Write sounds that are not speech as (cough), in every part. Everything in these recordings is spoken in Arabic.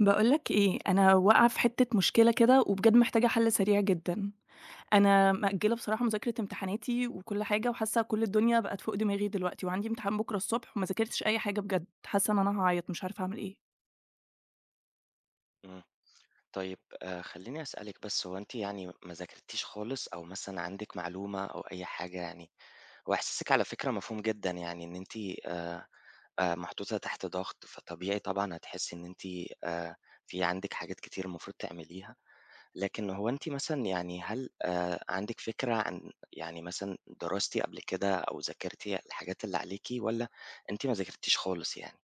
باقول لك إيه، أنا واقعة في حتّة مشكلة كده وبجد محتاجة حَل سريع جدًا. أنا مأجّلة بصراحة مذاكرة امتحاناتي وكل حاجة وحاسّة كل الدنيا بقت فوق دماغي دلوقتي وعندي امتحان بُكرة الصبح وما ذاكرتش أي حاجة بجد، حاسّة إن أنا هاعيط، مش عارفة أعمل إيه. إمم. طيب خلّيني أسألِك، بس هو أنتِ يعني ما ذاكرتيش خالص، أو مثلًا عندِك معلومة أو أي حاجة يعني. هو إحساسِك على فكرة مفهوم جدًا، يعني إن أنتِ آآ محطوطة تحت ضغط، فطبيعي طبعًا هتحسّي إن أنتِ آآ في عندِك حاجات كتير المفروض تعمليها. لكن هو أنتِ مثلًا، يعني هل عندِك فكرة عن يعني مثلًا درستِ قبل كده، أو ذاكرتِ الحاجات اللي عليكِ، والّا أنتِ ما ذاكرتيش خالص يعني؟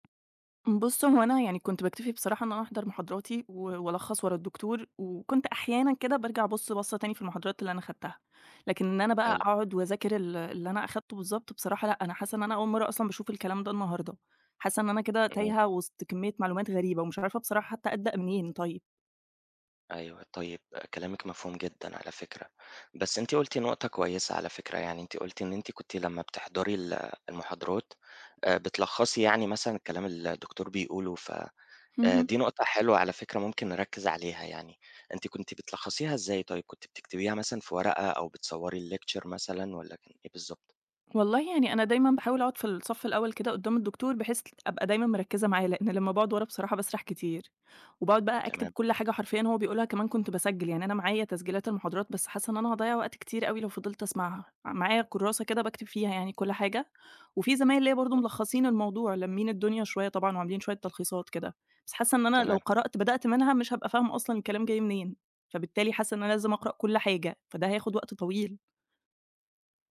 بُص، هو أنا يعني كنت باكتفي بصراحة إن أنا أحضر محاضراتي و وألخّص ورا الدكتور، وكنت أحيانًا كده بارجع أبُص بصّة تاني في المحاضرات اللي أنا خدتها، لكن إن أنا بقى حلو. أقعد وأذاكر اللي أنا أخدته بالضبط بصراحة لأ، أنا حاسة إن أنا أول مرّة أصلًا باشوف الكلام ده النهارده، حاسة إن أنا كده إمم. تايهة وسط كمية معلومات غريبة ومش عارفة بصراحة حتى أبدأ منين طيب؟ أيوه، طيب كلامِك مفهوم جدًا على فكرة. بس أنتِ قُلتِ نقطة كويسة على فكرة، يعني أنتِ قُلتِ إن أنتِ كنتِ لمّا بتحضري المحاضرات بتلخّصي يعني مثلًا الكلام اللي الدكتور بيقوله. ف (laughs) اهم. دي نقطة حلوة على فكرة ممكن نركّز عليها يعني. أنتِ كنتِ بتلخّصيها إزاي طيب؟ كنتِ بتكتبيها مثلًا في ورقة أو بتصوّري الlecture مثلًا، والّا كان إيه بالضبط؟ والله يعني أنا دايمًا باحاول أقعد في الصف الأول كده قدّام الدكتور، بحيث أبقى دايمًا مركّزة معاه، لإن لمّا باقعد ورا بصراحة باسرح كتير، وباقعد بقى أكتب تمام. كل حاجة حرفيًا هو بيقولها، كمان كنت باسجّل، يعني أنا معايا تسجيلات المحاضرات، بس حاسة إن أنا هاضيّع وقت كتير أوي لو فضلت أسمعها، معايا كُرّاسة كده باكتب فيها يعني كل حاجة، وفي زمايل ليّا برضه ملخّصين الموضوع، لامّين الدنيا شوية طبعًا وعاملين شوية تلخيصات كده، بس حاسة إن أنا لو تمام، قرأت بدأت منها مش هابقى فاهمة أصلًا الكلام جاي منين، فبالتالي حاسة إن أنا لازم أقرأ كل حاجة، فده هياخد وقت طويل.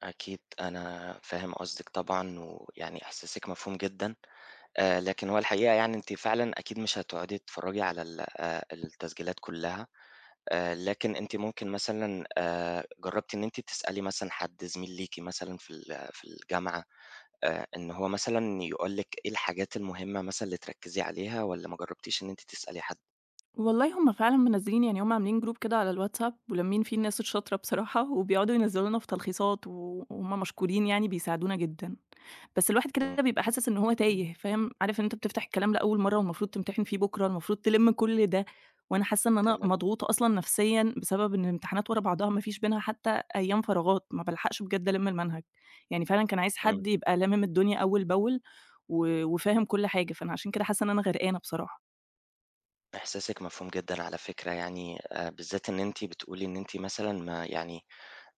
أكيد أنا فاهم قصدِك طبعًا، ويعني إحساسِك مفهوم جدًا. لكن هو الحقيقة يعني أنتِ فعلًا أكيد مش هتقعدي تتفرّجي على ال التسجيلات كُلّها. لكن أنتِ ممكن مثلًا جرّبتِ إن أنتِ تسألي مثلًا حد زميل ليكِ مثلًا في في الجامعة، إن هو مثلًا يقول لِك إيه الحاجات المهمة مثلًا اللي تركّزي عليها، والّا ما جرّبتيش إن أنتِ تسألي حد؟ والله هم فعلًا منزّلين يعني هم عاملين group كده على الواتساب ولمّين فيه الناس الشاطرة بصراحة، (laughs) وبيقعدوا ينزّلوا لنا في تلخيصات و وهم مشكورين يعني بيساعدونا جدًا. بس الواحد كده إمم. بيبقى حاسس إن هو تايه فاهم، عارف إن أنت بتفتح الكلام لأول مرّة والمفروض تمتحن فيه بُكرة، المفروض تلِم كل ده، وأنا حاسة إن أنا تمام. مضغوطة أصلًا نفسيًا بسبب إن الامتحانات ورا بعضها ما فيش بينها حتى أيام فراغات، ما بالحقش بجد ألِم المنهج. يعني فعلًا كان عايز إمم. حد يبقى لامم الدنيا أول بأول و وفاهم كل حاجة، فأنا عشان كده حاسة إن أنا غرقانة بصراحة. إحساسِك مفهوم جدًا على فكرة يعني، بالذات إن أنتِ بتقولي إن أنتِ مثلًا ما يعني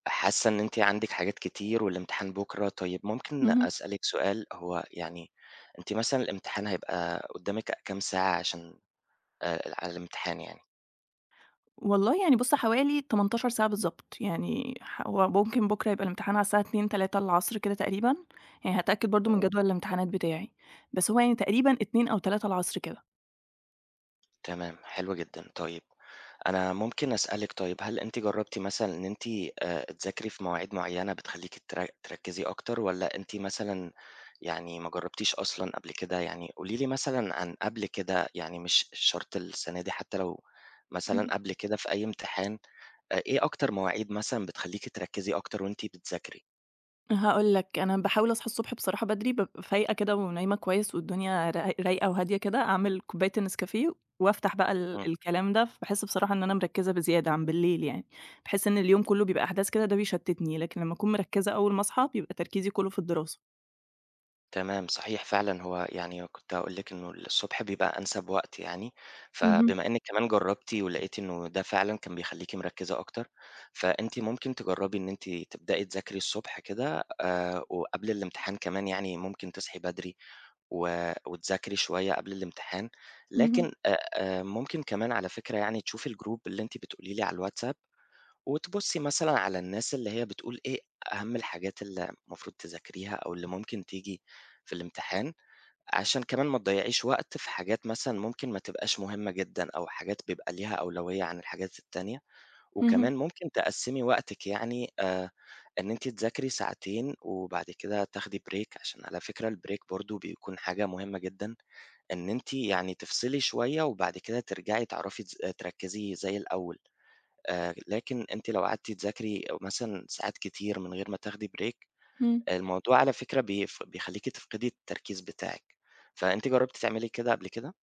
حاسة إن أنتِ عندِك حاجات كتير والامتحان بُكرة. طيب، ممكن اهم. أسألِك سؤال، هو يعني أنتِ مثلًا الامتحان هيبقى قدّامِك كام ساعة عشان على الامتحان يعني؟ والله يعني بُص حوالي 18 ساعة بالضبط، يعني هو ممكن بُكرة يبقى الامتحان على الساعة 14:00، 15:00 العصر كده تقريبًا، يعني هاتأكد برضه من تمام. جدول الامتحانات بتاعي، بس هو يعني تقريبًا 14:00 أو 15:00 العصر كده. تمام، حلو جدًا. طيب أنا ممكن أسألِك، طيب هل أنتِ جرّبتِ مثلًا إن أنتِ تذاكري في مواعيد معيّنة بتخلّيكِ تركّزي أكتر، والّا أنتِ مثلًا يعني ما جرّبتيش أصلًا قبل كده؟ يعني قولي لي مثلًا عن قبل كده، يعني مش شرط السنة دي، حتى لو اهم. مثلًا قبل كده في أي امتحان إيه أكتر مواعيد مثلًا بتخلّيكِ تركّزي أكتر وأنتِ بتذاكري؟ هاقول لك أنا باحاول أصحى الصبح بصراحة بدري، بابقى فايقة كده ونايمة كويس والدنيا رايقة وهادية كده، أعمل كوباية النسكافيه وافتح بقى إمم. ال الكلام ده، فباحس بصراحة إن أنا مركزة بزيادة عن بالليل يعني، باحس إن اليوم كله بيبقى أحداث كده ده بيشتتني، لكن لما أكون مركزة أول ما أصحى بيبقى تركيزي كله في الدراسة. تمام صحيح فعلًا، هو يعني كنت هاقول لِك إنه الصبح بيبقى أنسب وقت يعني. اهم، فبما إنِّك كمان جرّبتِ ولقيتِ إنه ده فعلًا كان بيخلّيكِ مركّزة أكتر، فأنتِ ممكن تجرّبي إن أنتِ تبدئي تذاكري الصبح كده، وقبل الامتحان كمان يعني ممكن تصحي بدري وتذاكري شوية قبل الامتحان. اهم. لكن ممكن كمان على فكرة يعني تشوفي الgroup اللي أنتِ بتقولي لي على الWhatsApp، وتبُصّي مثلًا على الناس اللي هي بتقول إيه أهم الحاجات اللي المفروض تذاكريها، أو اللي ممكن تيجي في الامتحان، عشان كمان ما تضيّعيش وقت في حاجات مثلًا ممكن ما تبقاش مهمة جدًا، أو حاجات بيبقى ليها أولوية عن الحاجات التانية. اهم، وكمان ممكن تقسّمي وقتِك، يعني إن أنتِ تذاكري ساعتين وبعد كده تاخدي break، عشان على فكرة الbreak برضه بيكون حاجة مهمة جدًا، إن أنتِ يعني تفصلي شوية وبعد كده ترجعي تعرفي تركّزي زي الأول. لكن أنتِ لو قعدتِ تذاكري مثلًا ساعات كتير من غير ما تاخدي بريك، إمم. الموضوع على فكرة بيخلّيكِ تفقدي التركيز بتاعِك. فأنتِ جرّبتِ تعملي كده قبل كده؟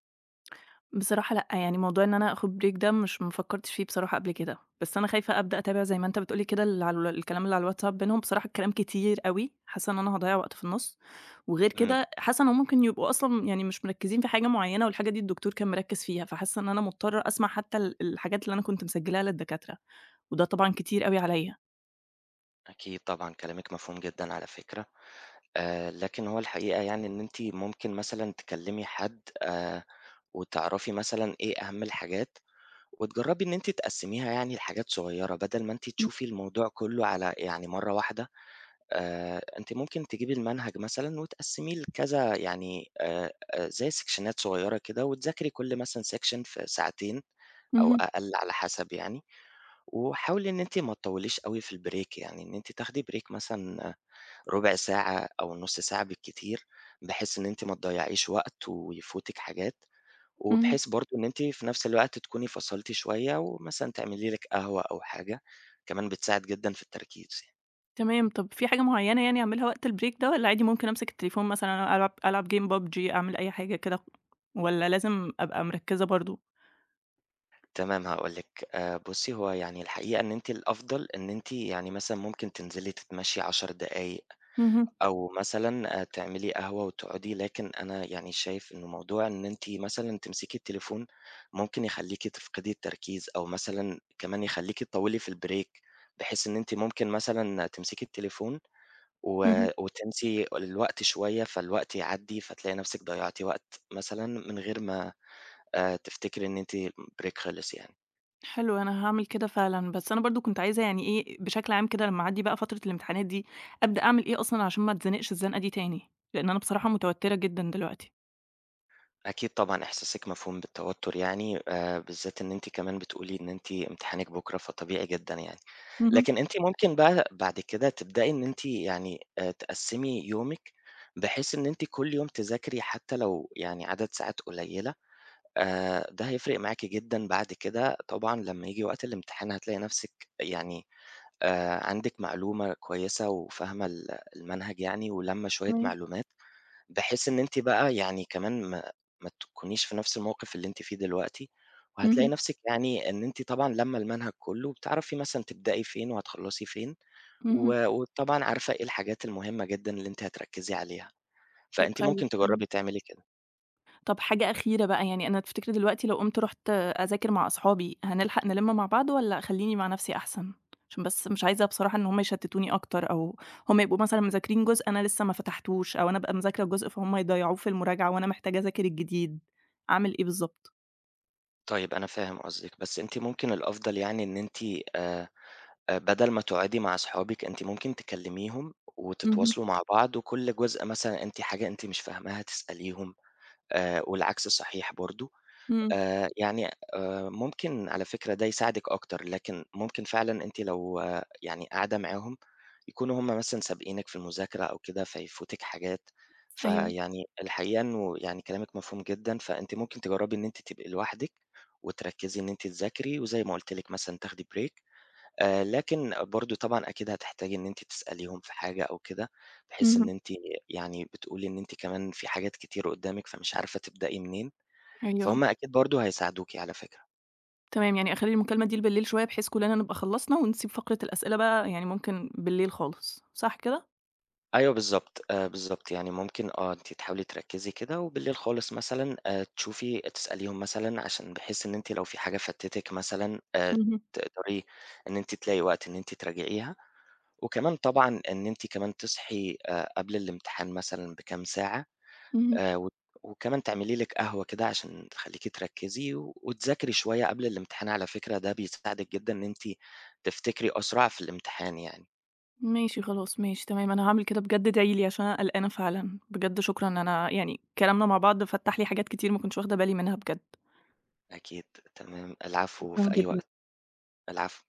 بصراحة لأ، يعني موضوع إن أنا آخد break ده مش ما فكّرتش فيه بصراحة قبل كده، بس أنا خايفة أبدأ أتابع زي ما أنت بتقول لي كده اللي على الكلام اللي على الواتساب بينهم، بصراحة الكلام كتير أوي، حاسة إن أنا هاضيّع وقت في النُص، وغير إمم. كده حاسة إنهم ممكن يبقوا أصلًا يعني مش مركّزين في حاجة معيّنة والحاجة دي الدكتور كان مركّز فيها، فحاسة إن أنا مضطرة أسمع حتى الحاجات اللي أنا كنت مسجّلاها للدكاترة، وده طبعًا كتير أوي عليّا. أكيد طبعًا كلامِك مفهوم جدًا على فكرة، لكن هو الحقيقة يعني إن أنتِ ممكن مثلًا تكلّمي حد، وتعرفي مثلًا إيه أهم الحاجات، وتجرّبي إن أنتِ تقسّميها يعني لحاجات صغيّرة، بدل ما أنتِ إمم. تشوفي الموضوع كلّه على يعني مرّة واحدة. أنتِ ممكن تجيبي المنهج مثلًا وتقسّميه لكذا، يعني زي سيكشنات صغيّرة كده، وتذاكري كل مثلًا section في ساعتين، أو اهم، أقل على حسب يعني. وحاولي إن أنتِ ما تطوّليش أوي في الbreak، يعني إن أنتِ تاخدي break مثلًا ربع ساعة أو نُص ساعة بالكتير، بحيث إن أنتِ ما تضيّعيش وقت ويفوتِك حاجات، اهم. وبحيث برضه إن أنتِ في نفس الوقت تكوني فصلتِ شوية، ومثلًا تعملي لِك قهوة أو حاجة، كمان بتساعد جدًا في التركيز يعني. تمام، طب في حاجة معيّنة يعني أعملها وقت الbreak ده والّا عادي ممكن أمسك التليفون مثلًا ألعب game PUBG أعمل أي حاجة كده، والّا لازم أبقى مركّزة برضه؟ تمام هاقول لِك، بُصّي، هو يعني الحقيقة إن أنتِ الأفضل إن أنتِ يعني مثلًا ممكن تنزلي تتمشي 10 دقايق، اهم، أو مثلًا آه، تعملي قهوة وتقعدي. لكن أنا يعني شايف إنه موضوع إن أنتِ مثلًا تمسكي التليفون ممكن يخلّيكِ تفقدي التركيز، أو مثلًا كمان يخلّيكِ تطوّلي في البريك، بحيث إن أنتِ ممكن مثلًا تمسكي التليفون و اهم، وتنسي الوقت شوية، فالوقت يعدّي، فتلاقي نفسِك ضيّعتِ وقت مثلًا من غير ما تفتكري إن أنتِ بريك خلص يعني. حلو أنا هاعمل كده فعلًا، بس أنا برضه كنت عايزة يعني إيه بشكل عام كده لمّا أعدّي بقى فترة الامتحانات دي، أبدأ أعمل إيه أصلًا عشان ما اتزنقش الزنقة دي تاني؟ لإن أنا بصراحة متوترة جدًا دلوقتي. أكيد طبعًا إحساسِك مفهوم بالتوتر يعني، بالذات إن أنتِ كمان بتقولي إن أنتِ امتحانِك بُكرة، فطبيعي جدًا يعني. اهم، لكن أنتِ ممكن بقى بعد كده تبدئي إن أنتِ يعني تقسّمي يومِك، بحيث إن أنتِ كل يوم تذاكري حتى لو يعني عدد ساعات قليلة. ده هيفرق معاكِ جدًا بعد كده طبعًا، لمّا ييجي وقت الامتحان هتلاقي نفسِك يعني عندِك معلومة كويسة وفاهمة المنهج يعني، ولامة شوية تمام، معلومات. بحيث إن أنتِ بقى يعني كمان ما تكونيش في نفس الموقف اللي أنتِ فيه دلوقتي، وهتلاقي اهم، نفسِك يعني إن أنتِ طبعًا لمّة المنهج كلّه، بتعرفي مثلًا تبدئي فين وهتخلّصي فين، اهم، وطبعًا عارفة إيه الحاجات المهمة جدًا اللي أنتِ هتركّزي عليها، فأنتِ طيب ممكن تمام. تجرّبي تعملي كده. طب حاجة أخيرة بقى، يعني أنا تفتكر دلوقتي لو قُمت رُحت أذاكر مع أصحابي، هنلحق نلِم مع بعض والّا أخلّيني مع نفسي أحسن؟ عشان بس مش عايزة بصراحة إن هُم يشتتوني أكتر، أو هُم يبقوا مثلًا مذاكرين جزء أنا لسه ما فتحتوش، أو أنا أبقى مذاكرة جزء فهُم يضيّعوه في المراجعة وأنا محتاجة أذاكر الجديد، أعمل إيه بالضبط؟ طيب، أنا فاهم قصدِك، بس أنتِ ممكن الأفضل يعني إن أنتِ آآ، بدل ما تقعدي مع أصحابِك، أنتِ ممكن تكلّميهم اهم، وتتواصلوا مع بعض، وكل جزء مثلًا أنتِ حاجة أنتِ مش فاهماها تسأليهم، والعكس صحيح برضه، إمم، يعني ممكن على فكرة ده يساعدِك أكتر. لكن ممكن فعلًا أنتِ لو آه، يعني قاعدة معاهم يكونوا هم مثلًا سابقينِك في المذاكرة أو كده، فيفوتِك حاجات، أيوه، فيعني الحقيقة إنه يعني كلامِك مفهوم جدًا. فأنتِ ممكن تجرّبي إن أنتِ تبقي لوحدِك وتركّزي إن أنتِ تذاكري، وزي ما قُلت لِك مثلًا تاخدي break، لكن برضه طبعًا أكيد هتحتاجي إن أنتِ تسأليهم في حاجة أو كده، بحيث إن اهم، أنتِ يعني بتقولي إن أنتِ كمان في حاجات كتير قُدّامِك فمش عارفة تبدئي منين. أيوه، فهُم أكيد برضه هيساعدوكِ على فكرة. تمام، يعني أخلّي المكالمة دي بالليل شوية بحيث كلنا نبقى خلّصنا ونسيب فقرة الأسئلة بقى يعني ممكن بالليل خالص، صح كده؟ أيوه بالضبط، بالضبط، يعني ممكن آه، أنتِ تحاولي تركّزي كده وبالليل خالص مثلًا تشوفي تسأليهم مثلًا، عشان بحيث إن أنتِ لو في حاجة فاتتِك مثلًا اهم، تقدري إن أنتِ تلاقي وقت إن أنتِ تراجعيها. وكمان طبعًا إن أنتِ كمان تصحي قبل الامتحان مثلًا بكام ساعة، اهم. وت وكمان تعملي لِك قهوة كده عشان تخلّيكِ تركّزي وتذاكري شوية قبل الامتحان، على فكرة ده بيساعدِك جدًا إن أنتِ تفتكري أسرع في الامتحان يعني. ماشي خلاص، ماشي تمام، أنا هاعمل كده بجد ادعي لي عشان أنا قلقانة فعلًا، بجد شكرًا أنا يعني كلامنا مع بعض فتّح لي حاجات كتير ما كنتش واخدة بالي منها بجد، أكيد. تمام. العفو، شكرًا في أي جدًا. وقت. العفو.